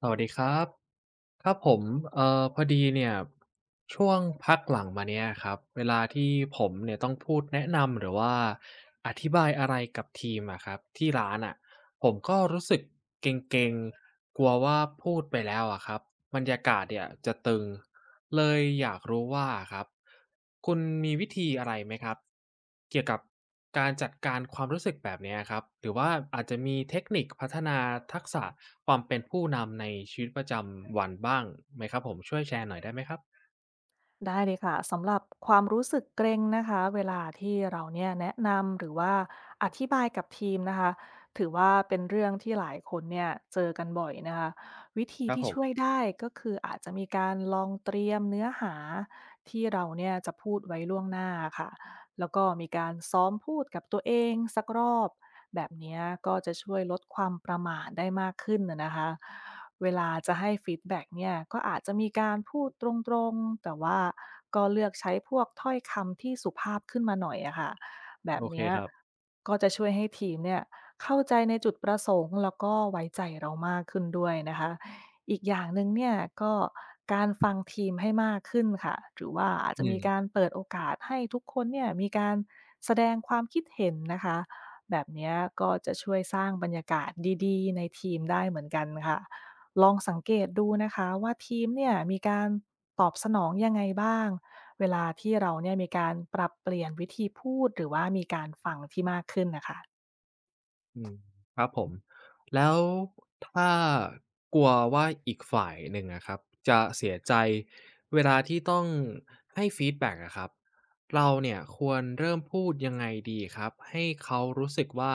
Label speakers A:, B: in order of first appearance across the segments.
A: สวัสดีครับครับผมพอดีเนี่ยช่วงพักหลังมาเนี่ยครับเวลาที่ผมเนี่ยต้องพูดแนะนำหรือว่าอธิบายอะไรกับทีมอะครับที่ร้านอะ ผมก็รู้สึกเกร็งๆกลัวว่าพูดไปแล้วอะครับบรรยากาศเนี่ยจะตึงเลยอยากรู้ว่าครับคุณมีวิธีอะไรไหมครับเกี่ยวกับการจัดการความรู้สึกแบบเนี้ยครับหรือว่าอาจจะมีเทคนิคพัฒนาทักษะความเป็นผู้นำในชีวิตประจำวันบ้างไหมครับผมช่วยแชร์หน่อยได้ไหมครับ
B: ได้เลยค่ะสำหรับความรู้สึกเกรงนะคะเวลาที่เราเนี่ยแนะนำหรือว่าอธิบายกับทีมนะคะถือว่าเป็นเรื่องที่หลายคนเนี่ยเจอกันบ่อยนะคะวิธี
A: ครับ
B: ที่
A: ผม
B: ช่วยได้ก็คืออาจจะมีการลองเตรียมเนื้อหาที่เราเนี่ยจะพูดไว้ล่วงหน้าค่ะ แล้วก็มีการซ้อมพูดกับตัวเองสักรอบแบบเนี้ยก็จะช่วยลดความประหม่าได้มากขึ้นนะคะเวลาจะให้ฟีดแบ็กเนี่ยก็อาจจะมีการพูดตรงๆแต่ว่าก็เลือกใช้พวกถ้อยคำที่สุภาพขึ้นมาหน่อยอะค่ะแบบ
A: โอเค
B: เนี้ย
A: ครับ
B: ก็จะช่วยให้ทีมเนี่ยเข้าใจในจุดประสงค์แล้วก็ไว้ใจเรามากขึ้นด้วยนะคะ อีกอย่างหนึ่งเนี่ยก็การฟังทีมให้มากขึ้นค่ะหรือว่าอาจ
A: อื
B: จะมีกา
A: ม
B: รเปิดโอกาสให้ทุกคนเนี่ยมีการแสดงความคิดเห็นนะคะแบบเนี้ยก็จะช่วยสร้างบรรยากาศดีๆในทีมได้เหมือนกันค่ะลองสังเกตดูนะคะว่าทีมเนี่ยมีการตอบสนองยังไงบ้างเวลาที่เราเนี่ยมีการปรับเปลี่ยนวิธีพูดหรือว่ามีการฟังที่มากขึ้นนะคะ
A: อืมครับผมแล้วถ้ากลัวว่าอีกฝ่ายหนึ่งอะครับจะเสียใจเวลาที่ต้องให้ฟีดแบ็กอะครับเราเนี่ยควรเริ่มพูดยังไงดีครับให้เขารู้สึกว่า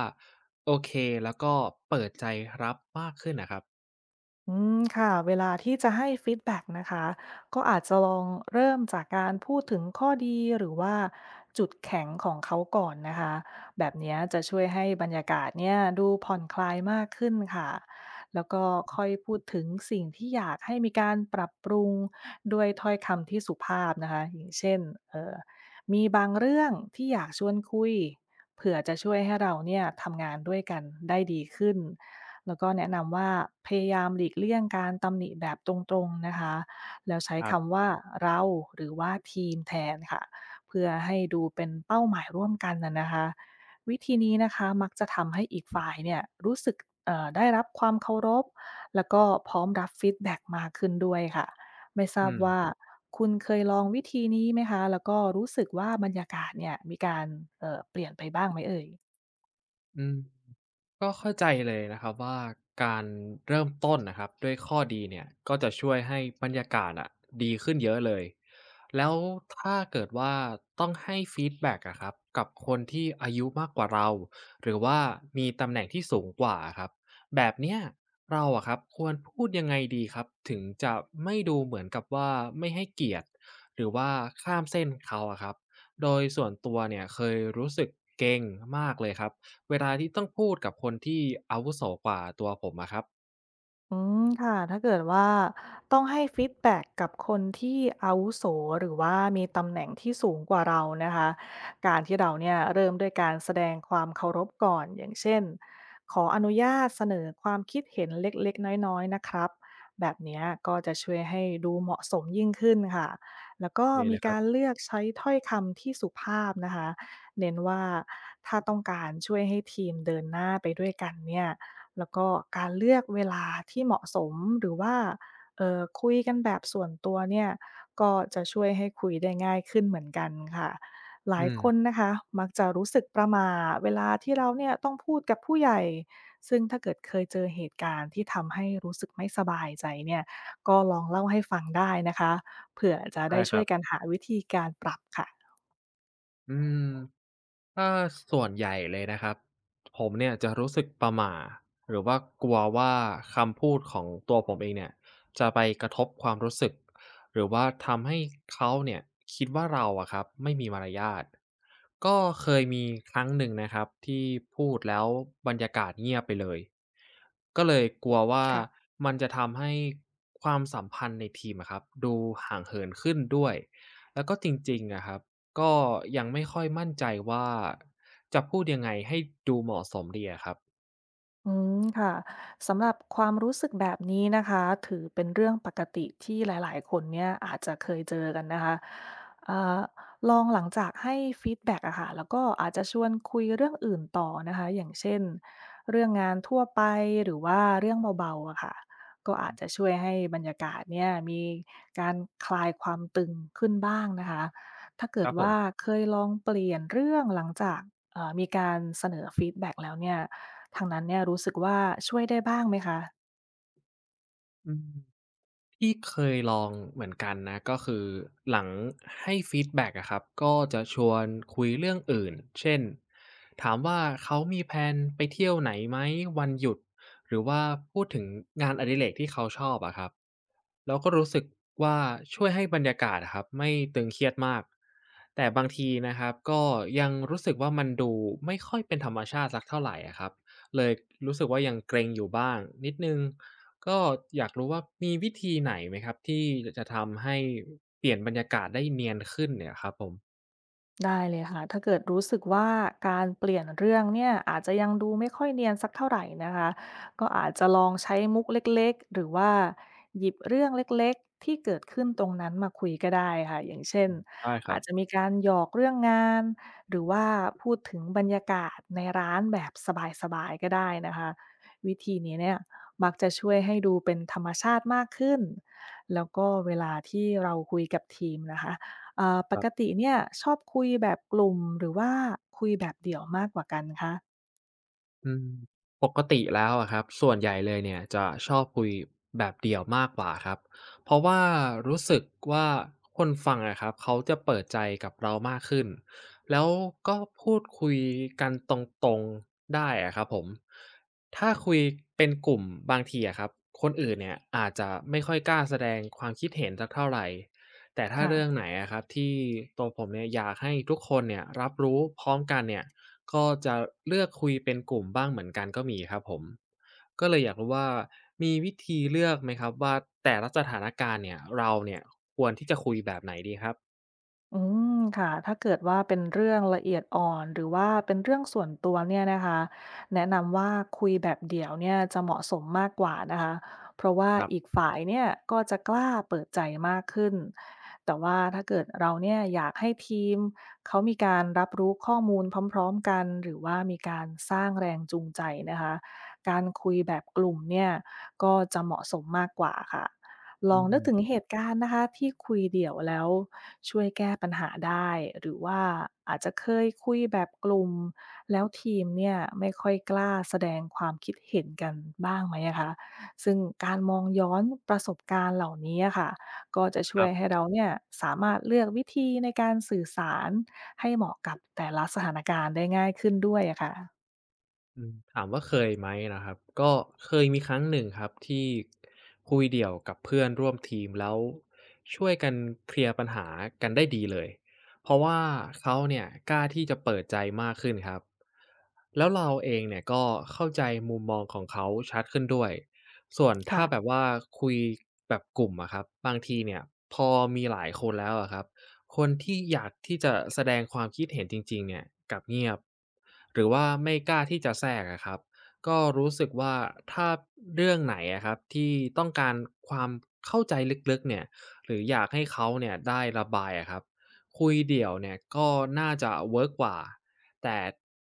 A: โอเคแล้วก็เปิดใจรับมากขึ้นนะครับ
B: อืมค่ะเวลาที่จะให้ฟีดแบ็กนะคะก็อาจจะลองเริ่มจากการพูดถึงข้อดีหรือว่าจุดแข็งของเขาก่อนนะคะแบบเนี้ยจะช่วยให้บรรยากาศเนี่ยดูผ่อนคลายมากขึ้นค่ะแล้วก็ค่อยพูดถึงสิ่งที่อยากให้มีการปรับปรุงด้วยถ้อยคำที่สุภาพนะคะอย่างเช่นเอ่อมีบางเรื่องที่อยากชวนคุยเผื่อจะช่วยให้เราเนี่ยทำงานด้วยกันได้ดีขึ้น แล้วก็แนะนำว่าพยายามหลีกเลี่ยงการตำหนิแบบตรงๆนะคะ แล้วใช้
A: ครับ
B: คำว่าเราหรือว่าทีมแทนค่ะ เพื่อให้ดูเป็นเป้าหมายร่วมกันนะคะวิธีนี้นะคะมักจะทำให้อีกฝ่ายเนี่ยรู้สึกได้รับความเคารพแล้วก็พร้อมรับฟีดแบ็กมากขึ้นด้วยค่ะไม่ทรา
A: อื
B: บ
A: ม
B: ว่าคุณเคยลองวิธีนี้ไหมคะ แล้วก็รู้สึกว่าบรรยากาศเนี่ยมีการเปลี่ยนไปบ้างไหมเอ่ย
A: อืม ก็เข้าใจเลยนะครับว่าการเริ่มต้นนะครับด้วยข้อดีเนี่ยก็จะช่วยให้บรรยากาศอะดีขึ้นเยอะเลยแล้วถ้าเกิดว่าต้องให้ฟีดแบ็กอะครับกับคนที่อายุมากกว่าเราหรือว่ามีตำแหน่งที่สูงกว่าครับแบบเนี้ยเราอะครับควรพูดยังไงดีครับถึงจะไม่ดูเหมือนกับว่าไม่ให้เกียรติหรือว่าข้ามเส้นเขาอะครับโดยส่วนตัวเนี่ยเคยรู้สึกเก่งมากเลยครับ เวลาที่ต้องพูดกับคนที่อาวุโสกว่าตัวผมอะครับ
B: อืมค่ะถ้าเกิดว่าต้องให้ฟีดแบ็กกับคนที่อาวุโสหรือว่ามีตำแหน่งที่สูงกว่าเรานะคะการที่เราเนี่ยเริ่มด้วยการแสดงความเคารพก่อนอย่างเช่นขออนุญาตเสนอความคิดเห็นเล็กๆน้อยๆนะครับแบบเนี้ยก็จะช่วยให้ดูเหมาะสมยิ่งขึ้นค่ะแล้วก็
A: เอเล
B: มี
A: ยครับ
B: การเลือกใช้ถ้อยคำที่สุภาพนะคะเน้นว่าถ้าต้องการช่วยให้ทีมเดินหน้าไปด้วยกันเนี่ย แล้วก็การเลือกเวลาที่เหมาะสมหรือว่าคุยกันแบบส่วนตัวเนี่ยก็จะช่วยให้คุยได้ง่ายขึ้นเหมือนกันค่ะหลา
A: อื
B: ย
A: ม
B: คนนะคะมักจะรู้สึกประหม่าเวลาที่เราเนี่ยต้องพูดกับผู้ใหญ่ซึ่งถ้าเกิดเคยเจอเหตุการณ์ที่ทำให้รู้สึกไม่สบายใจเนี่ยก็ลองเล่าให้ฟังได้นะคะเผื่อจะ
A: ใช่
B: ได้
A: ค
B: ช่
A: รั
B: วย
A: บ
B: กันหาวิธีการปรับค่ะ
A: อืม ถ้าส่วนใหญ่เลยนะครับผมเนี่ยจะรู้สึกประหม่าหรือว่ากลัวว่าคำพูดของตัวผมเองเนี่ยจะไปกระทบความรู้สึกหรือว่าทำให้เขาเนี่ยคิดว่าเราอะครับไม่มีมารยาทก็เคยมีครั้งหนึ่งนะครับที่พูดแล้วบรรยากาศเงียบไปเลยก็เลยกลัวว่า
B: ค่ะ
A: มันจะทำให้ความสัมพันธ์ในทีมอะครับดูห่างเหินขึ้นด้วยแล้วก็จริงๆอะครับ ก็ยังไม่ค่อยมั่นใจว่าจะพูดยังไงให้ดูเหมาะสมดีอะครับ
B: อืมค่ะสำหรับความรู้สึกแบบนี้นะคะถือเป็นเรื่องปกติที่หลายๆคนเนี่ยอาจจะเคยเจอกันนะคะเอ่อลองหลังจากให้ฟีดแบ็กอะค่ะแล้วก็อาจจะชวนคุยเรื่องอื่นต่อนะคะอย่างเช่นเรื่องงานทั่วไปหรือว่าเรื่องเบาๆอะค่ะก็อาจจะช่วยให้บรรยากาศเนี่ยมีการคลายความตึงขึ้นบ้างนะคะถ้า
A: ค
B: เกิด
A: รับผ
B: ว่า
A: ม
B: เคยลองเปลี่ยนเรื่องหลังจากมีการเสนอฟีดแบ็กแล้วเนี่ย ทางนั้นเนี่ยรู้สึกว่าช่วยได้บ้างไหมคะ
A: อืม ที่เคยลองเหมือนกันนะก็คือหลังให้ฟีดแบ็กอะครับก็จะชวนคุยเรื่องอื่นเช่นถามว่าเขามีแพลนไปเที่ยวไหนไหมวันหยุดหรือว่าพูดถึงงานอดิเรกที่เขาชอบอะครับแล้วก็รู้สึกว่าช่วยให้บรรยากาศอะครับไม่ตึงเครียดมากแต่บางทีนะครับก็ยังรู้สึกว่ามันดูไม่ค่อยเป็นธรรมชาติสักเท่าไหร่อะครับเลยรู้สึกว่ายังเกรงอยู่บ้างนิดนึง ก็อยากรู้ว่ามีวิธีไหนไหมครับที่จะทำให้เปลี่ยนบรรยากาศได้เนียนขึ้นเนี่ยครับผม
B: ได้เลยค่ะถ้าเกิดรู้สึกว่าการเปลี่ยนเรื่องเนี่ยอาจจะยังดูไม่ค่อยเนียนสักเท่าไหร่นะคะก็อาจจะลองใช้มุกเล็กๆหรือว่าหยิบเรื่องเล็กๆที่เกิดขึ้นตรงนั้นมาคุยก็ได้ค่ะอย่างเช่น
A: ได้ครั
B: อา
A: บ
B: จจะมีการหยอกเรื่องงานหรือว่าพูดถึงบรรยากาศในร้านแบบสบายๆก็ได้นะคะวิธีนี้เนี่ยมักจะช่วยให้ดูเป็นธรรมชาติมากขึ้นแล้วก็เวลาที่เราคุยกับทีมนะคะ ป
A: ครั
B: ก
A: บ
B: ติเนี่ยชอบคุยแบบกลุ่มหรือว่าคุยแบบเดี่ยวมากกว่ากันคะ
A: อืมปกติแล้วอะครับส่วนใหญ่เลยเนี่ยจะชอบคุยแบบเดี่ยวมากกว่าครับเพราะว่ารู้สึกว่าคนฟังอะครับเขาจะเปิดใจกับเรามากขึ้นแล้วก็พูดคุยกันตรงๆได้อะครับผมถ้าคุยเป็นกลุ่มบางทีอะครับคนอื่นเนี่ยอาจจะไม่ค่อยกล้าแสดงความคิดเห็นสักเท่าไหร่ แต่ถ้าเรื่อง
B: ค่ะ
A: ไหนอะครับที่ตัวผมเนี่ยอยากให้ทุกคนเนี่ยรับรู้พร้อมกันเนี่ยก็จะเลือกคุยเป็นกลุ่มบ้างเหมือนกันก็มีครับผมก็เลยอยากรู้ว่ามีวิธีเลือกไหมครับว่าแต่ละสถานการณ์เนี่ยเราเนี่ยควรที่จะคุยแบบไหนดีครับ
B: อืมค่ะถ้าเกิดว่าเป็นเรื่องละเอียดอ่อนหรือว่าเป็นเรื่องส่วนตัวเนี่ยนะคะแนะนำว่าคุยแบบเดี่ยวเนี่ยจะเหมาะสมมากกว่านะคะเพราะว่า
A: ครับ
B: อีกฝ่ายเนี่ยก็จะกล้าเปิดใจมากขึ้นแต่ว่าถ้าเกิดเราเนี่ยอยากให้ทีมเขามีการรับรู้ข้อมูลพร้อมๆกันหรือว่ามีการสร้างแรงจูงใจนะคะการคุยแบบกลุ่มเนี่ยก็จะเหมาะสมมากกว่าค่ะ ล
A: อื
B: องนึกถึง
A: ม
B: เหตุการณ์นะคะที่คุยเดี่ยวแล้วช่วยแก้ปัญหาได้หรือว่าอาจจะเคยคุยแบบกลุ่มแล้วทีมเนี่ยไม่ค่อยกล้าแสดงความคิดเห็นกันบ้างไหมอะคะซึ่งการมองย้อนประสบการณ์เหล่านี้อะค่ะก็จะ
A: ค
B: ช่ว
A: รั
B: ย
A: บ
B: ให้เราเนี่ยสามารถเลือกวิธีในการสื่อสารให้เหมาะกับแต่ละสถานการณ์ได้ง่ายขึ้นด้วยอะ
A: อืมถามว่าเคยไหมนะครับก็เคยมีครั้งหนึ่งครับที่คุยเดี่ยวกับเพื่อนร่วมทีมแล้วช่วยกันเคลียร์ปัญหากันได้ดีเลยเพราะว่าเขาเนี่ยกล้าที่จะเปิดใจมากขึ้นครับแล้วเราเองเนี่ยก็เข้าใจมุมมองของเขาชัดขึ้นด้วยส่วนถ้าแบบ
B: ค่ะ
A: ว่าคุยแบบกลุ่มอะครับบางทีเนี่ยพอมีหลายคนแล้วอะครับ คนที่อยากที่จะแสดงความคิดเห็นจริงๆเนี่ยกลับเงียบหรือว่าไม่กล้าที่จะแทรกอะครับก็รู้สึกว่าถ้าเรื่องไหนอะครับที่ต้องการความเข้าใจลึกๆเนี่ยหรืออยากให้เขาเนี่ยได้ระบายอะครับคุยเดี่ยวเนี่ยก็น่าจะเวิร์กกว่าแต่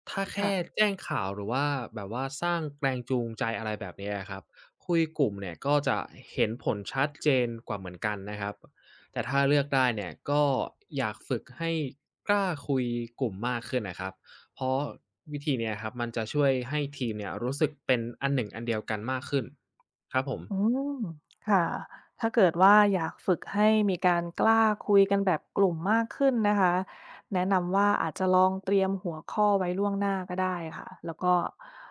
A: ถ้าแค่
B: ค่ะ
A: แจ้งข่าวหรือว่าแบบว่าสร้างแรงจูงใจอะไรแบบเนี้ยครับคุยกลุ่มเนี่ยก็จะเห็นผลชัดเจนกว่าเหมือนกันนะครับ แต่ถ้าเลือกได้เนี่ยก็อยากฝึกให้กล้าคุยกลุ่มมากขึ้นนะครับ เพราะวิธีเนี่ยครับมันจะช่วยให้ทีมเนี่ยรู้สึกเป็นอันหนึ่งอันเดียวกันมากขึ้นครับผม
B: อืมค่ะถ้าเกิดว่าอยากฝึกให้มีการกล้าคุยกันแบบกลุ่มมากขึ้นนะคะแนะนำว่าอาจจะลองเตรียมหัวข้อไว้ล่วงหน้าก็ได้ค่ะแล้วก็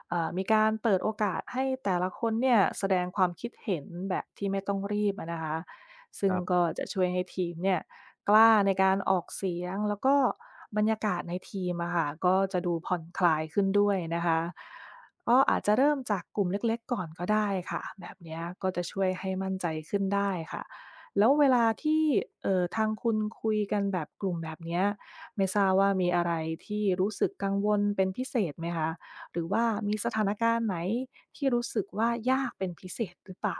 B: มีการเปิดโอกาสให้แต่ละคนเนี่ยแสดงความคิดเห็นแบบที่ไม่ต้องรีบอะนะคะ
A: ค
B: ซึ่ง
A: รับ
B: ก็จะช่วยให้ทีมเนี่ยกล้าในการออกเสียงแล้วก็บรรยากาศในทีมอะค่ะก็จะดูผ่อนคลายขึ้นด้วยนะคะ ก็อาจจะเริ่มจากกลุ่มเล็กๆก่อนก็ได้ค่ะแบบเนี้ยก็จะช่วยให้มั่นใจขึ้นได้ค่ะแล้วเวลาที่ทางคุณคุยกันแบบกลุ่มแบบเนี้ยไม่ทราบว่ามีอะไรที่รู้สึกกังวลเป็นพิเศษไหมคะหรือว่ามีสถานการณ์ไหนที่รู้สึกว่ายากเป็นพิเศษหรือเปล่า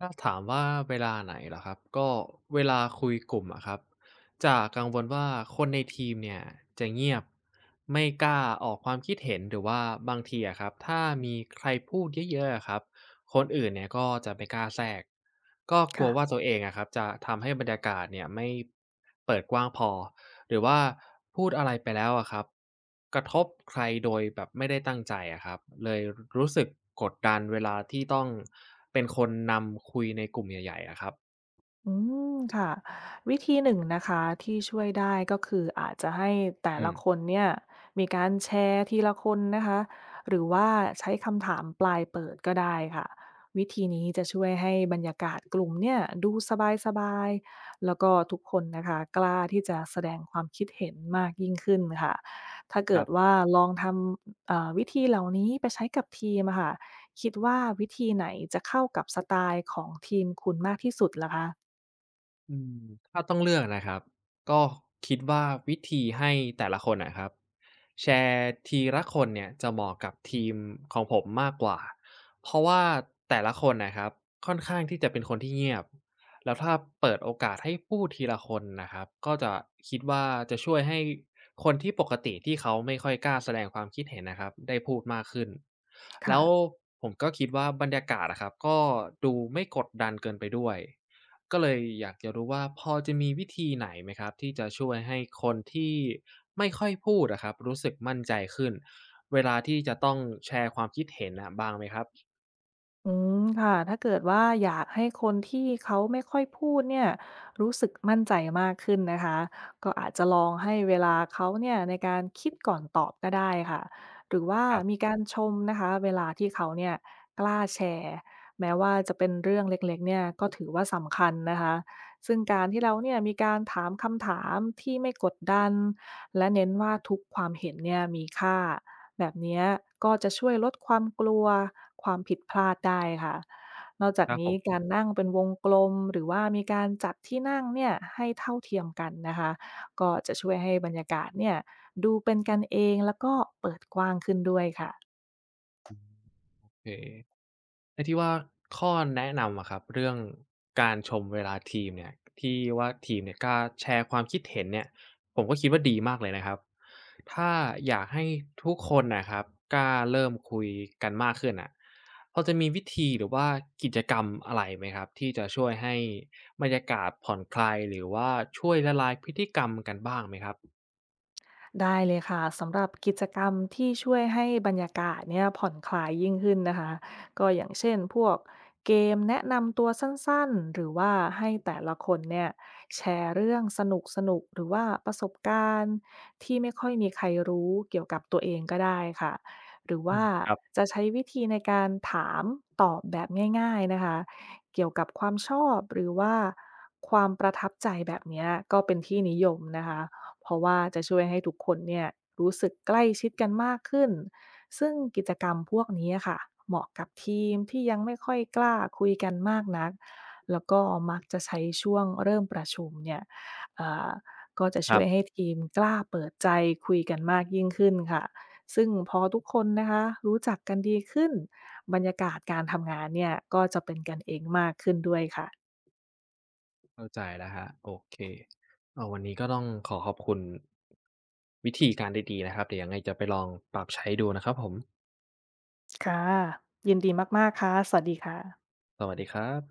A: ถ้าถามว่าเวลาไหนเหรอครับก็เวลาคุยกลุ่มอะครับจะกังวลว่าคนในทีมเนี่ยจะเงียบไม่กล้าออกความคิดเห็นหรือว่าบางทีอะครับถ้ามีใครพูดเยอะๆอะครับคนอื่นเนี่ยก็จะไม่กล้าแทรกก็กลั
B: ค่ะ
A: วว่าตัวเองอะครับจะทำให้บรรยากาศเนี่ยไม่เปิดกว้างพอ หรือว่าพูดอะไรไปแล้วอะครับกระทบใครโดยแบบไม่ได้ตั้งใจอะครับเลยรู้สึกกดดันเวลาที่ต้องเป็นคนนำคุยในกลุ่มใหญ่ๆอะครับ
B: อืมค่ะวิธีหนึ่งนะคะที่ช่วยได้ก็คืออาจจะให้แต่
A: อื
B: ละ
A: ม
B: คนเนี่ยมีการแชร์ทีละคนนะคะหรือว่าใช้คำถามปลายเปิดก็ได้ค่ะวิธีนี้จะช่วยให้บรรยากาศกลุ่มเนี่ยดูสบายๆแล้วก็ทุกคนนะคะกล้าที่จะแสดงความคิดเห็นมากยิ่งขึ้นค่ะถ้า
A: ค
B: เกิ
A: รั
B: ด
A: บ
B: ว่าลองทำวิธีเหล่านี้ไปใช้กับทีมอะค่ะคิดว่าวิธีไหนจะเข้ากับสไตล์ของทีมคุณมากที่สุดล่ะคะ
A: อืมถ้าต้องเลือกนะครับก็คิดว่าวิธีให้แต่ละคนนะครับแชร์ทีละคนเนี่ยจะเหมาะกับทีมของผมมากกว่าเพราะว่าแต่ละคนนะครับค่อนข้างที่จะเป็นคนที่เงียบแล้วถ้าเปิดโอกาสให้พูดทีละคนนะครับก็จะคิดว่าจะช่วยให้คนที่ปกติที่เขาไม่ค่อยกล้าแสดงความคิดเห็นนะครับได้พูดมากขึ้นแล้
B: ค่ะ
A: วผมก็คิดว่าบรรยากาศนะครับก็ดูไม่กดดันเกินไปด้วย ก็เลยอยากจะรู้ว่าพอจะมีวิธีไหนไหมครับที่จะช่วยให้คนที่ไม่ค่อยพูดอะครับรู้สึกมั่นใจขึ้นเวลาที่จะต้องแชร์ความคิดเห็นอะบ้างไหมครับ
B: อืมค่ะ ถ้าเกิดว่าอยากให้คนที่เขาไม่ค่อยพูดเนี่ยรู้สึกมั่นใจมากขึ้นนะคะ ก็อาจจะลองให้เวลาเขาเนี่ยในการคิดก่อนตอบก็ได้ค่ะ หรือว่า
A: ครั
B: มี
A: บ
B: การชมนะคะเวลาที่เขาเนี่ยกล้าแชร์แม้ว่าจะเป็นเรื่องเล็กๆเนี่ยก็ถือว่าสำคัญนะคะซึ่งการที่เราเนี่ยมีการถามคำถามที่ไม่กดดันและเน้นว่าทุกความเห็นเนี่ยมีค่า แบบเนี้ยก็จะช่วยลดความกลัวความผิดพลาดได้ค่ะ นอกจา
A: ค
B: ก
A: รับผ
B: นี้
A: ม
B: การนั่งเป็นวงกลมหรือว่ามีการจัดที่นั่งเนี่ยให้เท่าเทียมกันนะคะก็จะช่วยให้บรรยากาศเนี่ยดูเป็นกันเองแล้วก็เปิดกว้างขึ้นด้วยค่ะ
A: โอเค ไอ้ที่ว่าข้อแนะนำอะครับเรื่องการชมเวลาทีมเนี่ยที่ว่าทีมเนี่ยกล้าแชร์ความคิดเห็นเนี่ยผมก็คิดว่าดีมากเลยนะครับถ้าอยากให้ทุกคนนะครับกล้าเริ่มคุยกันมากขึ้นอ่ะพอจะมีวิธีหรือว่ากิจกรรมอะไรไหมครับที่จะช่วยให้บรรยากาศผ่อนคลายหรือว่าช่วยละลายพฤติกรรมกันบ้างไหมครับ
B: ได้เลยค่ะสำหรับกิจกรรมที่ช่วยให้บรรยากาศเนี่ยผ่อนคลายยิ่งขึ้นนะคะก็อย่างเช่นพวกเกมแนะนำตัวสั้นๆหรือว่าให้แต่ละคนเนี่ยแชร์เรื่องสนุกสนุกหรือว่าประสบการณ์ที่ไม่ค่อยมีใครรู้เกี่ยวกับตัวเองก็ได้ค่ะหรือ
A: อืม
B: ว่า
A: ครับ
B: จะใช้วิธีในการถามตอบแบบง่ายๆนะคะเกี่ยวกับความชอบหรือว่าความประทับใจแบบเนี้ยก็เป็นที่นิยมนะคะ เพราะว่าจะช่วยให้ทุกคนเนี่ยรู้สึกใกล้ชิดกันมากขึ้น ซึ่งกิจกรรมพวกนี้ค่ะเหมาะกับทีมที่ยังไม่ค่อยกล้าคุยกันมากนักแล้วก็มักจะใช้ช่วงเริ่มประชุมเนี่ยเอ่อก็จะ
A: ครั
B: ช่วย
A: บ
B: ให้ทีมกล้าเปิดใจคุยกันมากยิ่งขึ้นค่ะซึ่งพอทุกคนนะคะรู้จักกันดีขึ้นบรรยากาศการทำงานเนี่ยก็จะเป็นกันเองมากขึ้นด้วยค่ะ
A: เข้าใจแล้วฮะโอเควันนี้ก็ต้องขอขอบคุณวิธีการดีๆนะครับเดี๋ยวยังไงจะไปลองปรับใช้ดูนะครับผม
B: ค่ะยินดีมากๆค่ะสวัสดีค่ะ
A: สวัสดีครับ